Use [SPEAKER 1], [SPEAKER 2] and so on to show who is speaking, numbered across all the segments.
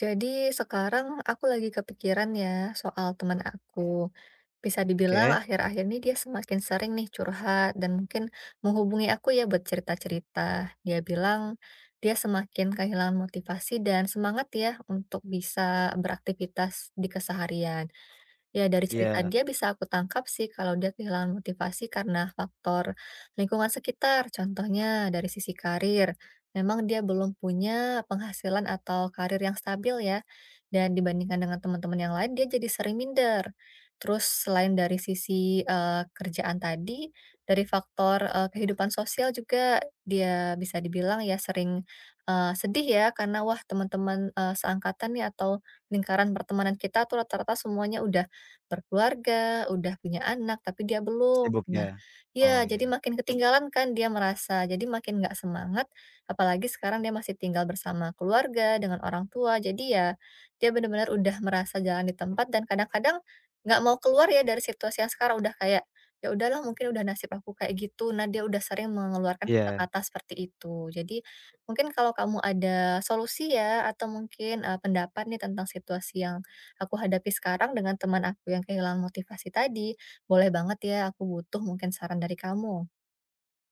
[SPEAKER 1] Jadi sekarang aku lagi kepikiran ya soal teman aku. Bisa dibilang
[SPEAKER 2] Oke,
[SPEAKER 1] akhir-akhir ini dia semakin sering nih curhat dan mungkin menghubungi aku ya buat cerita-cerita. Dia bilang dia semakin kehilangan motivasi dan semangat ya untuk bisa beraktivitas di keseharian. Ya dari cerita
[SPEAKER 2] iya,
[SPEAKER 1] dia bisa aku tangkap sih kalau dia kehilangan motivasi karena faktor lingkungan sekitar. Contohnya dari sisi karir, memang dia belum punya penghasilan atau karir yang stabil ya. Dan dibandingkan dengan teman-teman yang lain, dia jadi sering minder. Terus selain dari sisi kerjaan tadi, dari faktor kehidupan sosial juga dia bisa dibilang ya sering sedih ya karena wah teman-teman seangkatan nih atau lingkaran pertemanan kita tuh rata-rata semuanya udah berkeluarga, udah punya anak, tapi dia belum.
[SPEAKER 2] sibuk
[SPEAKER 1] Nah,
[SPEAKER 2] ya? Oh,
[SPEAKER 1] ya, jadi
[SPEAKER 2] iya.
[SPEAKER 1] makin ketinggalan kan dia merasa, jadi makin nggak semangat, apalagi sekarang dia masih tinggal bersama keluarga, dengan orang tua, jadi ya dia benar-benar udah merasa jalan di tempat dan kadang-kadang nggak mau keluar ya dari situasi yang sekarang, udah kayak, "Ya udahlah mungkin udah nasib aku kayak gitu." Nah, dia udah sering mengeluarkan
[SPEAKER 2] Iya.
[SPEAKER 1] kata-kata seperti itu. Jadi mungkin kalau kamu ada solusi ya atau mungkin, pendapat nih tentang situasi yang aku hadapi sekarang dengan teman aku yang kehilangan motivasi tadi, boleh banget ya, aku butuh mungkin saran dari kamu.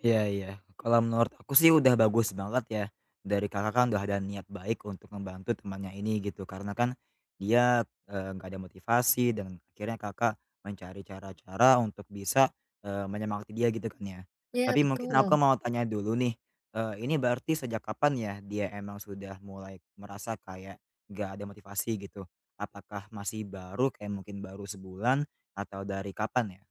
[SPEAKER 2] Iya. Kalau menurut aku sih udah bagus banget ya, dari Kakak kan udah ada niat baik untuk membantu temannya ini gitu. Karena kan dia, nggak ada motivasi dan akhirnya Kakak mencari cara-cara untuk bisa, menyemangati dia gitu kan ya.
[SPEAKER 1] Ya,
[SPEAKER 2] Tapi mungkin aku
[SPEAKER 1] betul.
[SPEAKER 2] mau tanya dulu nih, ini berarti sejak kapan ya dia emang sudah mulai merasa kayak nggak ada motivasi gitu? Apakah masih baru kayak mungkin baru sebulan atau dari kapan ya?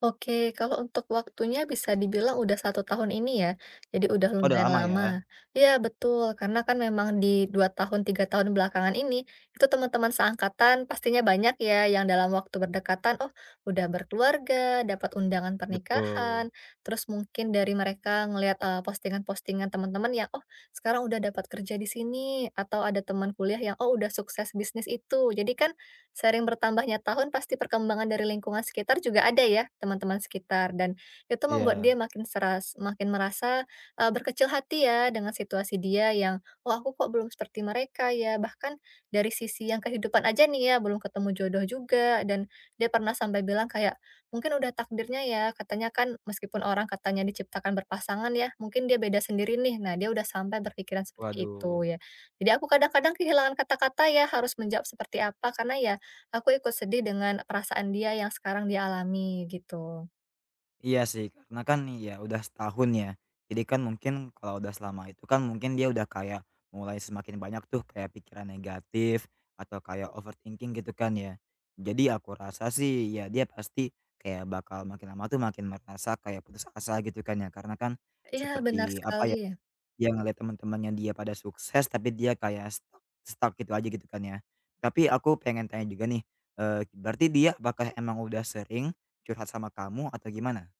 [SPEAKER 1] Oke, kalau untuk waktunya bisa dibilang udah satu tahun ini ya, jadi udah
[SPEAKER 2] Oh udah
[SPEAKER 1] lumayan
[SPEAKER 2] lama ya?
[SPEAKER 1] lama. Ya betul, karena kan memang di 2 tahun, 3 tahun belakangan ini, itu teman-teman seangkatan pastinya banyak ya yang dalam waktu berdekatan, oh udah berkeluarga, dapat undangan
[SPEAKER 2] Betul.
[SPEAKER 1] pernikahan, terus mungkin dari mereka ngelihat, postingan-postingan teman-teman yang, "Oh sekarang udah dapat kerja di sini," atau ada teman kuliah yang, "Oh udah sukses bisnis itu." Jadi kan sering bertambahnya tahun pasti perkembangan dari lingkungan sekitar juga ada ya, teman-teman sekitar, dan itu membuat
[SPEAKER 2] Iya.
[SPEAKER 1] dia makin merasa, berkecil hati ya dengan situasi dia yang, "Oh aku kok belum seperti mereka ya?" Bahkan dari sisi yang kehidupan aja nih ya, belum ketemu jodoh juga dan dia pernah sampai bilang kayak, "Mungkin udah takdirnya ya," katanya kan meskipun orang katanya diciptakan berpasangan ya, mungkin dia beda sendiri nih. Nah, dia udah sampai berpikiran seperti itu
[SPEAKER 2] Waduh,
[SPEAKER 1] ya. Jadi aku kadang-kadang kehilangan kata-kata ya harus menjawab seperti apa, karena ya aku ikut sedih dengan perasaan dia yang sekarang dia alami, gitu.
[SPEAKER 2] iya sih karena kan ya udah setahun ya. Jadi kan mungkin kalau udah selama itu kan mungkin dia udah kayak mulai semakin banyak tuh kayak pikiran negatif atau kayak overthinking gitu kan ya. Jadi aku rasa sih ya dia pasti kayak bakal makin lama tuh makin merasa kayak putus asa gitu kan ya. Karena kan
[SPEAKER 1] Iya, benar
[SPEAKER 2] seperti
[SPEAKER 1] sekali
[SPEAKER 2] apa ya.
[SPEAKER 1] ya.
[SPEAKER 2] Dia ngelihat teman-temannya dia pada sukses, tapi dia kayak stuck stuck gitu aja gitu kan ya. Tapi aku pengen tanya juga nih, berarti dia apakah emang udah sering curhat sama kamu atau gimana?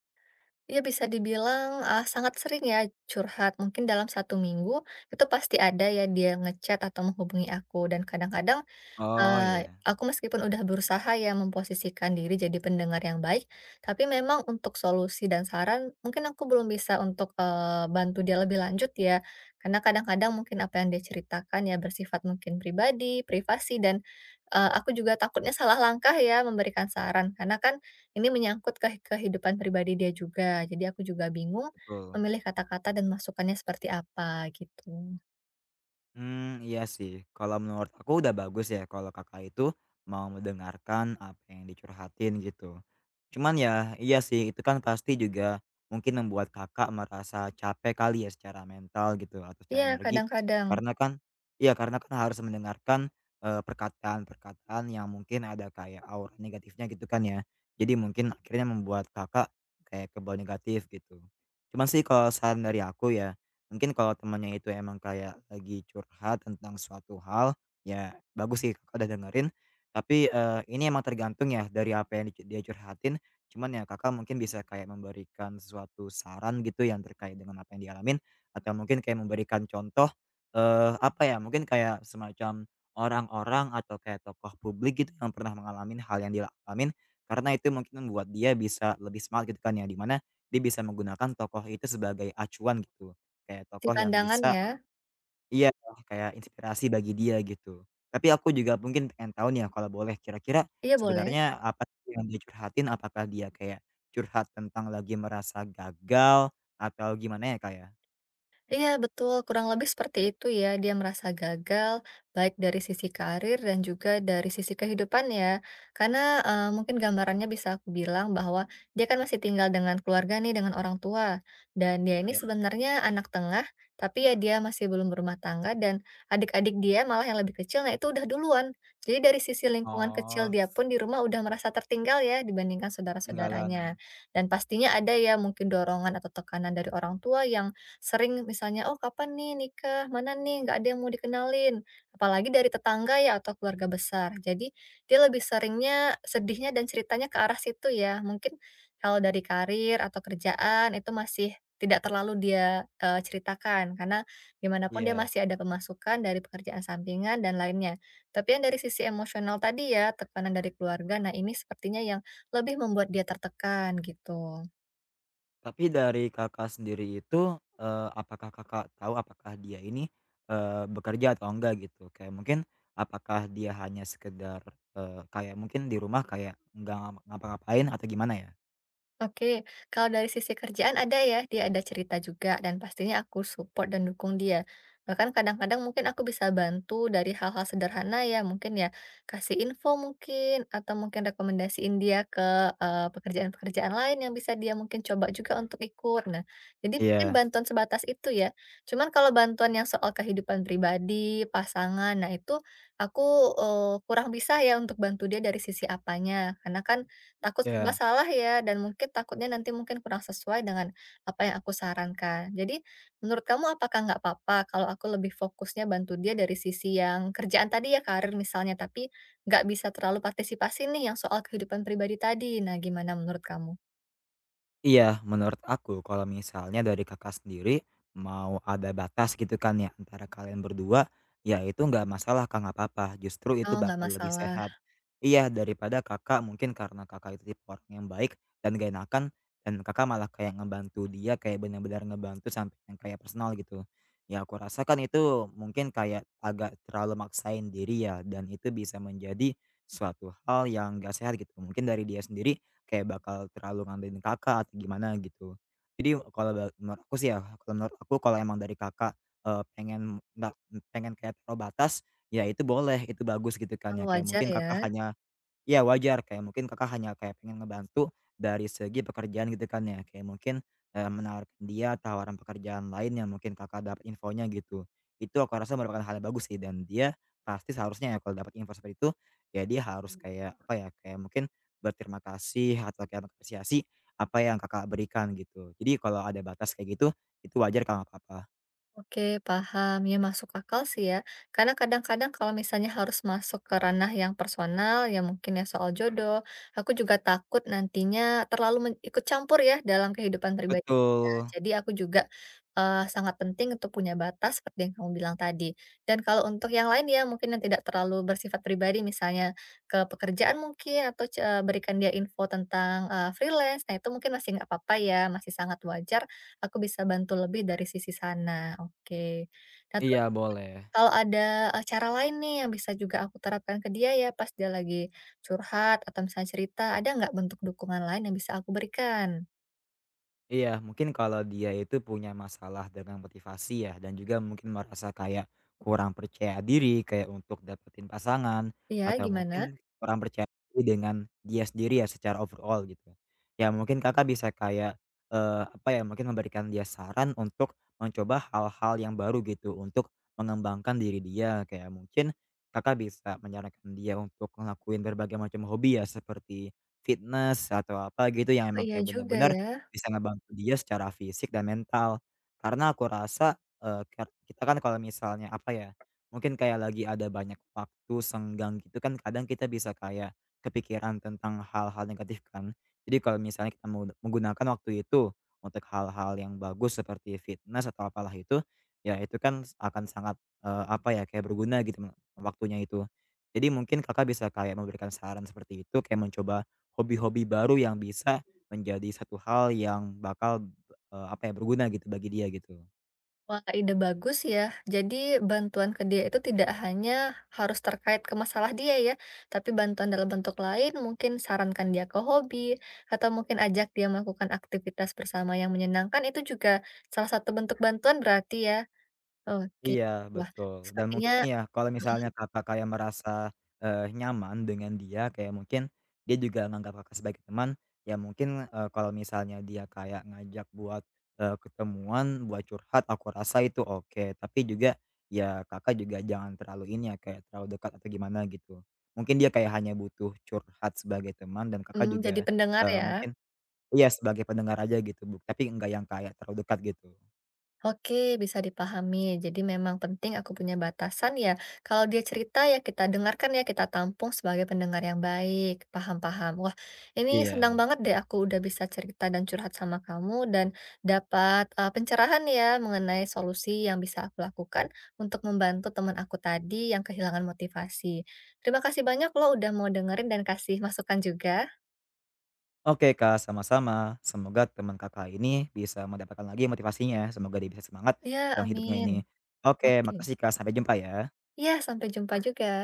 [SPEAKER 1] Iya, bisa dibilang, sangat sering ya curhat. Mungkin dalam satu minggu, itu pasti ada ya dia ngechat atau menghubungi aku, dan kadang-kadang
[SPEAKER 2] Oh, iya,
[SPEAKER 1] Aku meskipun udah berusaha ya memposisikan diri jadi pendengar yang baik, tapi memang untuk solusi dan saran mungkin aku belum bisa untuk, bantu dia lebih lanjut ya. Karena kadang-kadang mungkin apa yang dia ceritakan ya bersifat mungkin pribadi, privasi dan, aku juga takutnya salah langkah ya memberikan saran. Karena kan ini menyangkut ke kehidupan pribadi dia juga. Jadi aku juga bingung
[SPEAKER 2] betul.
[SPEAKER 1] memilih kata-kata dan masukannya seperti apa gitu.
[SPEAKER 2] Hmm, iya sih, kalau menurut aku udah bagus ya kalau Kakak itu mau mendengarkan apa yang dicurhatin gitu. Cuman ya, iya sih itu kan pasti juga mungkin membuat Kakak merasa capek kali ya secara mental gitu atau
[SPEAKER 1] Iya
[SPEAKER 2] secara energi
[SPEAKER 1] kadang-kadang.
[SPEAKER 2] karena kan iya karena kan harus mendengarkan, perkataan-perkataan yang mungkin ada kayak aura negatifnya gitu kan ya. Jadi mungkin akhirnya membuat Kakak kayak kebawa negatif gitu. Cuman sih kalau saran dari aku ya. Mungkin kalau temannya itu emang kayak lagi curhat tentang suatu hal, ya bagus sih Kakak udah dengerin. Tapi, ini emang tergantung ya dari apa yang dia curhatin, cuman ya Kakak mungkin bisa kayak memberikan sesuatu saran gitu yang terkait dengan apa yang dialamin, atau mungkin kayak memberikan contoh, apa ya, mungkin kayak semacam orang-orang atau kayak tokoh publik gitu yang pernah mengalami hal yang dia karena itu mungkin membuat dia bisa lebih smart gitu kan ya, dimana dia bisa menggunakan tokoh itu sebagai acuan gitu. Kayak
[SPEAKER 1] Di
[SPEAKER 2] tokoh yang
[SPEAKER 1] pandangan
[SPEAKER 2] bisa
[SPEAKER 1] ya.
[SPEAKER 2] iya, kayak inspirasi bagi dia gitu. Tapi aku juga mungkin pengen tahu nih ya kalau boleh, kira-kira
[SPEAKER 1] Iya boleh.
[SPEAKER 2] sebenarnya apa sih yang dia curhatin? Apakah dia kayak curhat tentang lagi merasa gagal atau gimana ya, Kak, ya?
[SPEAKER 1] Iya betul, kurang lebih seperti itu ya. Dia merasa gagal baik dari sisi karir dan juga dari sisi kehidupan ya. Karena mungkin gambarannya bisa aku bilang bahwa dia kan masih tinggal dengan keluarga nih, dengan orang tua. Dan dia ini
[SPEAKER 2] Ya,
[SPEAKER 1] sebenarnya anak tengah, tapi ya dia masih belum berumah tangga dan adik-adik dia malah yang lebih kecil, nah itu udah duluan. Jadi dari sisi lingkungan kecil
[SPEAKER 2] oh,
[SPEAKER 1] dia pun di rumah udah merasa tertinggal ya dibandingkan
[SPEAKER 2] ketinggalan.
[SPEAKER 1] saudara-saudaranya. Dan pastinya ada ya mungkin dorongan atau tekanan dari orang tua yang sering misalnya, "Oh, kapan nih nikah? Mana nih? Nggak ada yang mau dikenalin." Apalagi dari tetangga ya atau keluarga besar. Jadi dia lebih seringnya sedihnya dan ceritanya ke arah situ ya. Mungkin kalau dari karir atau kerjaan itu masih tidak terlalu dia, ceritakan karena gimana pun dia
[SPEAKER 2] Iya.
[SPEAKER 1] masih ada pemasukan dari pekerjaan sampingan dan lainnya. Tapi yang dari sisi emosional tadi ya, tekanan dari keluarga, nah ini sepertinya yang lebih membuat dia tertekan gitu.
[SPEAKER 2] Tapi dari Kakak sendiri itu, apakah Kakak tahu apakah dia ini, bekerja atau enggak gitu? Kayak mungkin apakah dia hanya sekedar, kayak mungkin di rumah kayak nggak ngapa ngapa-ngapain atau gimana ya?
[SPEAKER 1] Oke, kalau dari sisi kerjaan ada ya, dia ada cerita juga dan pastinya aku support dan dukung dia. Bahkan kadang-kadang mungkin aku bisa bantu dari hal-hal sederhana ya, mungkin ya kasih info mungkin atau mungkin rekomendasiin dia ke pekerjaan-pekerjaan lain yang bisa dia mungkin coba juga untuk ikut. Nah, jadi mungkin
[SPEAKER 2] Iya
[SPEAKER 1] bantuan sebatas itu ya. Cuman kalau bantuan yang soal kehidupan pribadi, pasangan, nah itu aku kurang bisa ya untuk bantu dia dari sisi apanya. Karena kan takut serba
[SPEAKER 2] iya
[SPEAKER 1] salah ya, dan mungkin takutnya nanti mungkin kurang sesuai dengan apa yang aku sarankan. Jadi, menurut kamu apakah nggak apa-apa kalau aku lebih fokusnya bantu dia dari sisi yang kerjaan tadi ya, karir misalnya, tapi nggak bisa terlalu partisipasi nih yang soal kehidupan pribadi tadi. Nah, gimana menurut kamu?
[SPEAKER 2] iya, menurut aku kalau misalnya dari Kakak sendiri mau ada batas gitu kan ya antara kalian berdua, ya itu nggak masalah Kak, nggak apa-apa, justru itu
[SPEAKER 1] Oh, nggak
[SPEAKER 2] bakal lebih
[SPEAKER 1] masalah.
[SPEAKER 2] sehat. Iya, daripada Kakak mungkin karena Kakak itu tipe orang yang baik dan gak enakan dan Kakak malah kayak ngebantu dia, kayak benar-benar ngebantu sampai yang kayak personal gitu. Ya aku rasakan itu mungkin kayak agak terlalu maksain diri ya dan itu bisa menjadi suatu hal yang nggak sehat gitu. Mungkin dari dia sendiri kayak bakal terlalu ngandelin Kakak atau gimana gitu. Jadi kalau menurut aku sih ya, kalau menurut aku kalau emang dari Kakak, pengen nggak pengen kayak taruh batas, ya itu boleh, itu bagus gitu kan
[SPEAKER 1] Oh,
[SPEAKER 2] ya, kayak
[SPEAKER 1] wajar
[SPEAKER 2] mungkin Kakak
[SPEAKER 1] ya.
[SPEAKER 2] hanya Iya wajar, kayak mungkin Kakak hanya kayak pengen ngebantu dari segi pekerjaan gitu kan ya, kayak mungkin, menawarkan dia tawaran pekerjaan lain yang mungkin Kakak dapat infonya gitu. Itu aku rasa merupakan hal yang bagus sih dan dia pasti seharusnya ya kalau dapat info seperti itu, ya dia harus kayak apa ya, kayak mungkin berterima kasih atau kayak mengapresiasi apa yang Kakak berikan gitu. Jadi kalau ada batas kayak gitu, itu wajar Kak, apa-apa.
[SPEAKER 1] Oke, paham. Ya, masuk akal sih ya. Karena kadang-kadang kalau misalnya harus masuk ke ranah yang personal, ya mungkin ya soal jodoh, aku juga takut nantinya terlalu ikut campur ya dalam kehidupan pribadi kita.
[SPEAKER 2] Betul.
[SPEAKER 1] Jadi aku juga sangat penting untuk punya batas seperti yang kamu bilang tadi. Dan kalau untuk yang lain ya mungkin yang tidak terlalu bersifat pribadi, misalnya ke pekerjaan mungkin atau berikan dia info tentang freelance, nah itu mungkin masih nggak apa-apa ya, masih sangat wajar. Aku bisa bantu lebih dari sisi sana, oke. Nah, terus
[SPEAKER 2] Iya boleh.
[SPEAKER 1] kalau ada, cara lain nih yang bisa juga aku terapkan ke dia ya pas dia lagi curhat atau misalnya cerita, ada nggak bentuk dukungan lain yang bisa aku berikan?
[SPEAKER 2] Iya, mungkin kalau dia itu punya masalah dengan motivasi ya, dan juga mungkin merasa kayak kurang percaya diri, kayak untuk dapetin pasangan,
[SPEAKER 1] Iya,
[SPEAKER 2] atau
[SPEAKER 1] gimana?
[SPEAKER 2] mungkin kurang percaya diri dengan dia sendiri ya secara overall gitu. Ya mungkin kakak bisa kayak, apa ya, mungkin memberikan dia saran untuk mencoba hal-hal yang baru gitu, untuk mengembangkan diri dia. Kayak mungkin kakak bisa menyarankan dia untuk ngelakuin berbagai macam hobi ya, seperti fitness atau apa gitu yang
[SPEAKER 1] Oh,
[SPEAKER 2] emang
[SPEAKER 1] iya
[SPEAKER 2] kayak
[SPEAKER 1] juga
[SPEAKER 2] benar-benar
[SPEAKER 1] ya.
[SPEAKER 2] bisa ngebantu dia secara fisik dan mental. Karena aku rasa, kita kan kalau misalnya, apa ya, mungkin kayak lagi ada banyak waktu senggang gitu kan kadang kita bisa kayak kepikiran tentang hal-hal negatif kan. Jadi kalau misalnya kita menggunakan waktu itu untuk hal-hal yang bagus seperti fitness atau apalah itu, ya itu kan akan sangat, apa ya, kayak berguna gitu me waktunya itu. Jadi mungkin Kakak bisa kayak memberikan saran seperti itu, kayak mencoba hobi-hobi baru yang bisa menjadi satu hal yang bakal, apa ya, berguna gitu bagi dia gitu.
[SPEAKER 1] Wah, ide bagus ya. Jadi bantuan ke dia itu tidak hanya harus terkait ke masalah dia ya, tapi bantuan dalam bentuk lain mungkin sarankan dia ke hobi, atau mungkin ajak dia melakukan aktivitas bersama yang menyenangkan, itu juga salah satu bentuk bantuan berarti ya? Oke.
[SPEAKER 2] Iya,
[SPEAKER 1] Wah,
[SPEAKER 2] betul. Dan
[SPEAKER 1] sepertinya
[SPEAKER 2] mungkin ya kalau misalnya Kakak kayak merasa, nyaman dengan dia kayak mungkin dia juga nganggap Kakak sebagai teman, ya mungkin, kalau misalnya dia kayak ngajak buat, ketemuan, buat curhat aku rasa itu oke. Tapi juga ya Kakak juga jangan terlalu ini ya, kayak terlalu dekat atau gimana gitu. Mungkin dia kayak hanya butuh curhat sebagai teman dan Kakak
[SPEAKER 1] mhm, jadi
[SPEAKER 2] juga,
[SPEAKER 1] pendengar
[SPEAKER 2] eee,
[SPEAKER 1] ya.
[SPEAKER 2] mungkin Iya, sebagai pendengar aja gitu, tapi enggak yang kayak terlalu dekat gitu.
[SPEAKER 1] Oke, bisa dipahami. Jadi memang penting aku punya batasan ya. Kalau dia cerita ya kita dengarkan ya, kita tampung sebagai pendengar yang baik. Paham-paham. Wah, ini
[SPEAKER 2] Iya.
[SPEAKER 1] senang banget deh aku udah bisa cerita dan curhat sama kamu dan dapat pencerahan ya mengenai solusi yang bisa aku lakukan untuk membantu teman aku tadi yang kehilangan motivasi. Terima kasih banyak lo udah mau dengerin dan kasih masukan juga.
[SPEAKER 2] Oke, Kak, sama-sama. Semoga teman Kakak ini bisa mendapatkan lagi motivasinya, semoga dia bisa semangat
[SPEAKER 1] Ya,
[SPEAKER 2] dalam hidupnya ini.
[SPEAKER 1] amin.
[SPEAKER 2] Oke,
[SPEAKER 1] Oke.
[SPEAKER 2] makasih, Kak, sampai jumpa ya.
[SPEAKER 1] Ya, sampai jumpa juga.